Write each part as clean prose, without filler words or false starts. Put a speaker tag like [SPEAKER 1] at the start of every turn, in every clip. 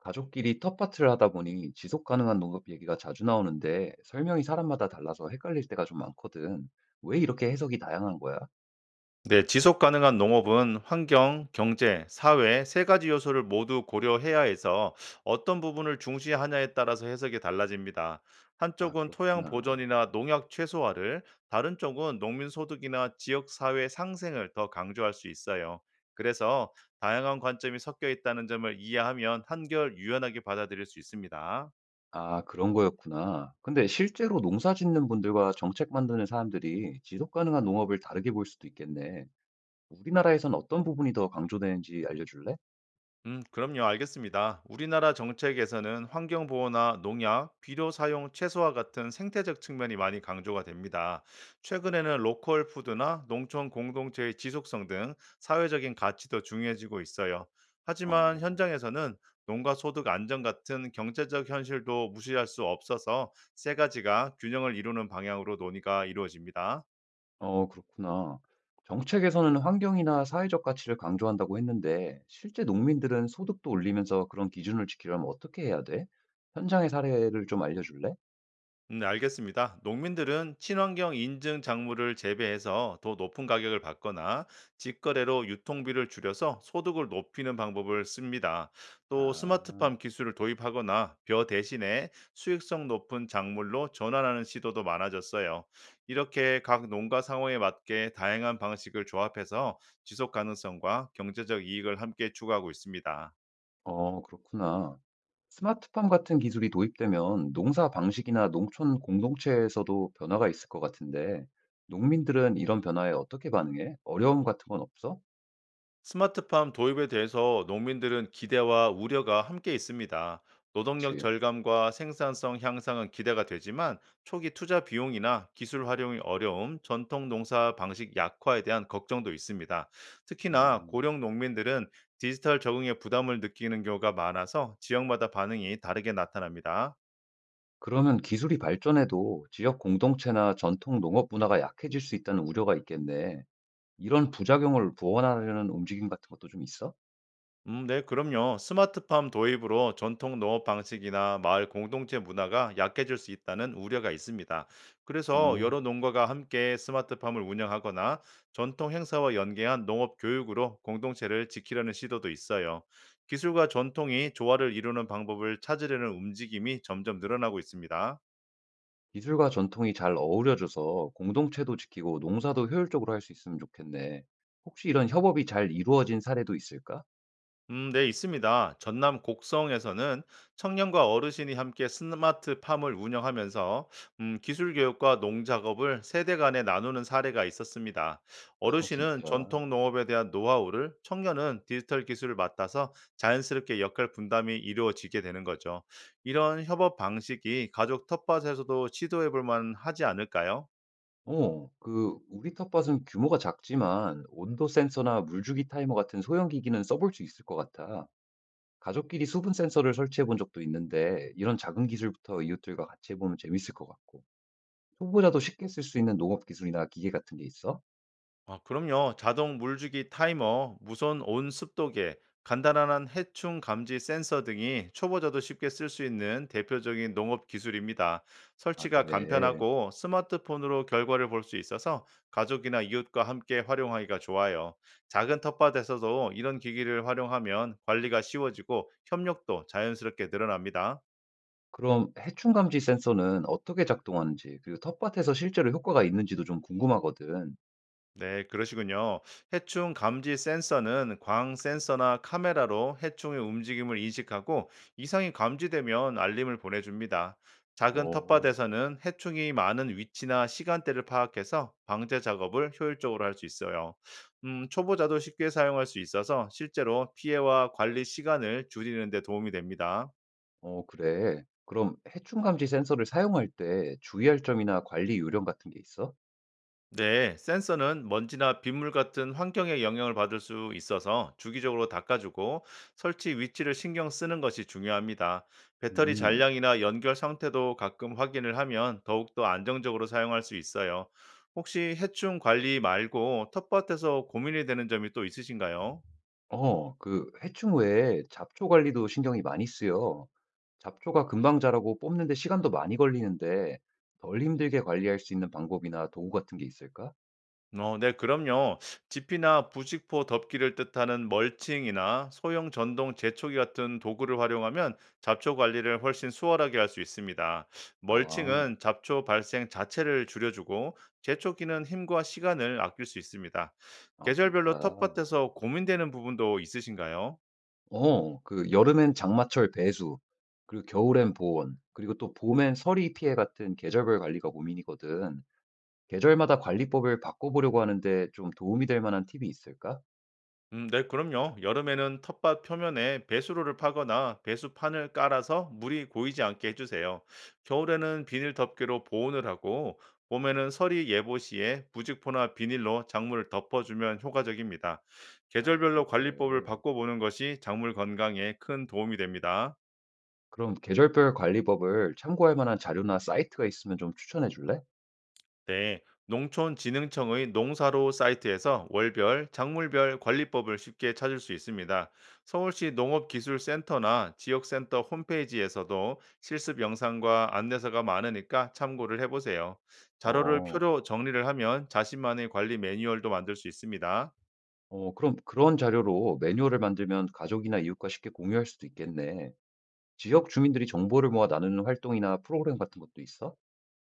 [SPEAKER 1] 가족끼리 텃밭을 하다 보니 지속 가능한 농업 얘기가 자주 나오는데 설명이 사람마다 달라서 헷갈릴 때가 좀 많거든. 왜 이렇게 해석이 다양한 거야?
[SPEAKER 2] 네, 지속 가능한 농업은 환경, 경제, 사회 세 가지 요소를 모두 고려해야 해서 어떤 부분을 중시하냐에 따라서 해석이 달라집니다.
[SPEAKER 1] 아,
[SPEAKER 2] 한쪽은 토양
[SPEAKER 1] 그렇구나.
[SPEAKER 2] 보존이나 농약 최소화를, 다른 쪽은 농민 소득이나 지역 사회 상생을 더 강조할 수 있어요. 그래서 다양한 관점이 섞여 있다는 점을 이해하면 한결 유연하게 받아들일 수 있습니다.
[SPEAKER 1] 아, 그런 거였구나. 근데 실제로 농사 짓는 분들과 정책 만드는 사람들이 지속 가능한 농업을 다르게 볼 수도 있겠네. 우리나라에선 어떤 부분이 더 강조되는지 알려줄래?
[SPEAKER 2] 그럼요. 알겠습니다. 우리나라 정책에서는 환경보호나 농약, 비료 사용 최소화 같은 생태적 측면이 많이 강조가 됩니다. 최근에는 로컬 푸드나 농촌 공동체의 지속성 등 사회적인 가치도 중요해지고 있어요. 하지만
[SPEAKER 1] 어.
[SPEAKER 2] 현장에서는 농가 소득 안정 같은 경제적 현실도 무시할 수 없어서 세 가지가 균형을 이루는 방향으로 논의가 이루어집니다.
[SPEAKER 1] 어, 그렇구나. 정책에서는 환경이나 사회적 가치를 강조한다고 했는데, 실제 농민들은 소득도 올리면서 그런 기준을 지키려면 어떻게 해야 돼? 현장의 사례를 좀 알려줄래?
[SPEAKER 2] 알겠습니다. 농민들은 친환경 인증 작물을 재배해서 더 높은 가격을 받거나 직거래로 유통비를 줄여서 소득을 높이는 방법을 씁니다. 또
[SPEAKER 1] 아,
[SPEAKER 2] 스마트팜 기술을 도입하거나 벼 대신에 수익성 높은 작물로 전환하는 시도도 많아졌어요. 이렇게 각 농가 상황에 맞게 다양한 방식을 조합해서 지속 가능성과 경제적 이익을 함께 추구하고 있습니다.
[SPEAKER 1] 어, 그렇구나. 스마트팜 같은 기술이 도입되면 농사 방식이나 농촌 공동체에서도 변화가 있을 것 같은데, 농민들은 이런 변화에 어떻게 반응해? 어려움 같은 건 없어?
[SPEAKER 2] 스마트팜 도입에 대해서 농민들은 기대와 우려가 함께 있습니다. 노동력
[SPEAKER 1] 그치.
[SPEAKER 2] 절감과 생산성 향상은 기대가 되지만 초기 투자 비용이나 기술 활용이 어려움, 전통 농사 방식 약화에 대한 걱정도 있습니다. 특히나
[SPEAKER 1] 음.
[SPEAKER 2] 고령 농민들은 디지털 적응에 부담을 느끼는 경우가 많아서 지역마다 반응이 다르게 나타납니다.
[SPEAKER 1] 그러면 기술이 발전해도 지역 공동체나 전통 농업 문화가 약해질 수 있다는 우려가 있겠네. 이런 부작용을 보완하려는 움직임 같은 것도 좀 있어?
[SPEAKER 2] 네, 그럼요. 스마트팜 도입으로 전통 농업 방식이나 마을 공동체 문화가 약해질 수 있다는 우려가 있습니다. 그래서
[SPEAKER 1] 어,
[SPEAKER 2] 여러 농가가 함께 스마트팜을 운영하거나 전통 행사와 연계한 농업 교육으로 공동체를 지키려는 시도도 있어요. 기술과 전통이 조화를 이루는 방법을 찾으려는 움직임이 점점 늘어나고 있습니다.
[SPEAKER 1] 기술과 전통이 잘 어우러져서 공동체도 지키고 농사도 효율적으로 할 수 있으면 좋겠네. 혹시 이런 협업이 잘 이루어진 사례도 있을까?
[SPEAKER 2] 네, 있습니다. 전남 곡성에서는 청년과 어르신이 함께 스마트 팜을 운영하면서 기술 교육과 농작업을 세대 간에 나누는 사례가 있었습니다.
[SPEAKER 1] 어,
[SPEAKER 2] 어르신은
[SPEAKER 1] 진짜.
[SPEAKER 2] 전통 농업에 대한 노하우를, 청년은 디지털 기술을 맡아서 자연스럽게 역할 분담이 이루어지게 되는 거죠. 이런 협업 방식이 가족 텃밭에서도 시도해 볼 만하지 않을까요?
[SPEAKER 1] 어, 그, 우리 텃밭은 규모가 작지만 온도 센서나 물주기 타이머 같은 소형 기기는 써볼 수 있을 것 같아. 가족끼리 수분 센서를 설치해 본 적도 있는데 이런 작은 기술부터 이웃들과 같이 해보면 재밌을 것 같고 초보자도 쉽게 쓸 수 있는 농업 기술이나 기계 같은 게 있어?
[SPEAKER 2] 아, 그럼요. 자동 물주기 타이머, 무선 온습도계, 간단한 해충 감지 센서 등이 초보자도 쉽게 쓸 수 있는 대표적인 농업 기술입니다.
[SPEAKER 1] 아,
[SPEAKER 2] 설치가
[SPEAKER 1] 그래.
[SPEAKER 2] 간편하고 스마트폰으로 결과를 볼 수 있어서 가족이나 이웃과 함께 활용하기가 좋아요. 작은 텃밭에서도 이런 기기를 활용하면 관리가 쉬워지고 협력도 자연스럽게 늘어납니다.
[SPEAKER 1] 그럼 해충 감지 센서는 어떻게 작동하는지 그리고 텃밭에서 실제로 효과가 있는지도 좀 궁금하거든.
[SPEAKER 2] 네, 그러시군요. 해충 감지 센서는 광 센서나 카메라로 해충의 움직임을 인식하고 이상이 감지되면 알림을 보내줍니다. 작은
[SPEAKER 1] 어,
[SPEAKER 2] 텃밭에서는 해충이 많은 위치나 시간대를 파악해서 방제 작업을 효율적으로 할 수 있어요. 초보자도 쉽게 사용할 수 있어서 실제로 피해와 관리 시간을 줄이는 데 도움이 됩니다.
[SPEAKER 1] 어, 그래. 그럼 해충 감지 센서를 사용할 때 주의할 점이나 관리 요령 같은 게 있어?
[SPEAKER 2] 네, 센서는 먼지나 빗물 같은 환경에 영향을 받을 수 있어서 주기적으로 닦아주고 설치 위치를 신경 쓰는 것이 중요합니다. 배터리
[SPEAKER 1] 음.
[SPEAKER 2] 잔량이나 연결 상태도 가끔 확인을 하면 더욱더 안정적으로 사용할 수 있어요. 혹시 해충 관리 말고 텃밭에서 고민이 되는 점이 또 있으신가요?
[SPEAKER 1] 어, 그 해충 외에 잡초 관리도 신경이 많이 쓰여. 잡초가 금방 자라고 뽑는 데 시간도 많이 걸리는데 덜 힘들게 관리할 수 있는 방법이나 도구 같은 게 있을까?
[SPEAKER 2] 어, 네, 그럼요. 지피나 부직포 덮기를 뜻하는 멀칭이나 소형 전동 제초기 같은 도구를 활용하면 잡초 관리를 훨씬 수월하게 할 수 있습니다.
[SPEAKER 1] 아.
[SPEAKER 2] 멀칭은 잡초 발생 자체를 줄여주고 제초기는 힘과 시간을 아낄 수 있습니다.
[SPEAKER 1] 아,
[SPEAKER 2] 계절별로
[SPEAKER 1] 진짜.
[SPEAKER 2] 텃밭에서 고민되는 부분도 있으신가요?
[SPEAKER 1] 어, 그 여름엔 장마철 배수, 그리고 겨울엔 보온, 그리고 또 봄엔 서리 피해 같은 계절별 관리가 고민이거든. 계절마다 관리법을 바꿔보려고 하는데 좀 도움이 될 만한 팁이 있을까?
[SPEAKER 2] 네, 그럼요. 여름에는 텃밭 표면에 배수로를 파거나 배수판을 깔아서 물이 고이지 않게 해주세요. 겨울에는 비닐 덮개로 보온을 하고, 봄에는 서리 예보 시에 부직포나 비닐로 작물을 덮어주면 효과적입니다.
[SPEAKER 1] 아,
[SPEAKER 2] 계절별로 관리법을
[SPEAKER 1] 그렇게.
[SPEAKER 2] 바꿔보는 것이 작물 건강에 큰 도움이 됩니다.
[SPEAKER 1] 그럼 계절별 관리법을 참고할 만한 자료나 사이트가 있으면 좀 추천해 줄래?
[SPEAKER 2] 네, 농촌진흥청의 농사로 사이트에서 월별, 작물별 관리법을 쉽게 찾을 수 있습니다. 서울시 농업기술센터나 지역센터 홈페이지에서도 실습 영상과 안내서가 많으니까 참고를 해보세요. 자료를
[SPEAKER 1] 어,
[SPEAKER 2] 표로 정리를 하면 자신만의 관리 매뉴얼도 만들 수 있습니다.
[SPEAKER 1] 어, 그럼 그런 자료로 매뉴얼을 만들면 가족이나 이웃과 쉽게 공유할 수도 있겠네. 지역 주민들이 정보를 모아 나누는 활동이나 프로그램 같은 것도 있어?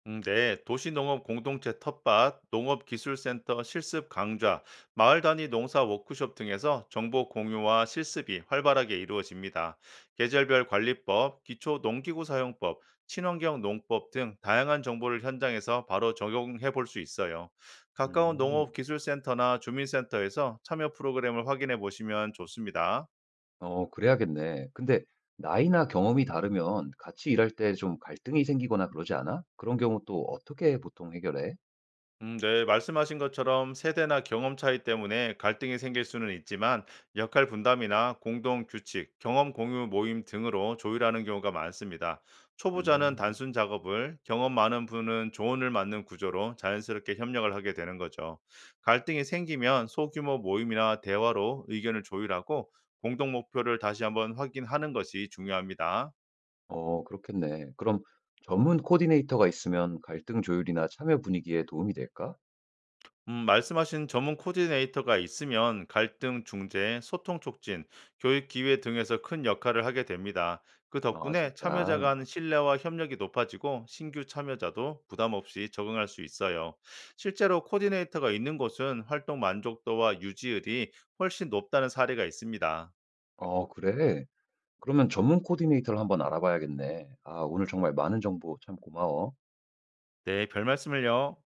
[SPEAKER 2] 네, 도시농업 공동체 텃밭, 농업기술센터 실습 강좌, 마을 단위 농사 워크숍 등에서 정보 공유와 실습이 활발하게 이루어집니다. 계절별 관리법, 기초 농기구 사용법, 친환경 농법 등 다양한 정보를 현장에서 바로 적용해 볼 수 있어요. 가까운
[SPEAKER 1] 음.
[SPEAKER 2] 농업기술센터나 주민센터에서 참여 프로그램을 확인해 보시면 좋습니다.
[SPEAKER 1] 어, 그래야겠네. 근데 나이나 경험이 다르면 같이 일할 때 좀 갈등이 생기거나 그러지 않아? 그런 경우 또 어떻게 보통 해결해?
[SPEAKER 2] 네, 말씀하신 것처럼 세대나 경험 차이 때문에 갈등이 생길 수는 있지만 역할 분담이나 공동 규칙, 경험 공유 모임 등으로 조율하는 경우가 많습니다. 초보자는
[SPEAKER 1] 음.
[SPEAKER 2] 단순 작업을, 경험 많은 분은 조언을 맡는 구조로 자연스럽게 협력을 하게 되는 거죠. 갈등이 생기면 소규모 모임이나 대화로 의견을 조율하고 공동 목표를 다시 한번 확인하는 것이 중요합니다.
[SPEAKER 1] 어, 그렇겠네. 그럼 전문 코디네이터가 있으면 갈등 조율이나 참여 분위기에 도움이 될까?
[SPEAKER 2] 말씀하신 전문 코디네이터가 있으면 갈등 중재, 소통 촉진, 교육 기회 등에서 큰 역할을 하게 됩니다. 그
[SPEAKER 1] 아,
[SPEAKER 2] 덕분에 참여자
[SPEAKER 1] 진짜?
[SPEAKER 2] 간 신뢰와 협력이 높아지고 신규 참여자도 부담 없이 적응할 수 있어요. 실제로 코디네이터가 있는 곳은 활동 만족도와 유지율이 훨씬 높다는 사례가 있습니다.
[SPEAKER 1] 어, 그래? 그러면 전문 코디네이터를 한번 알아봐야겠네. 아, 오늘 정말 많은 정보 참 고마워.
[SPEAKER 2] 네, 별 말씀을요.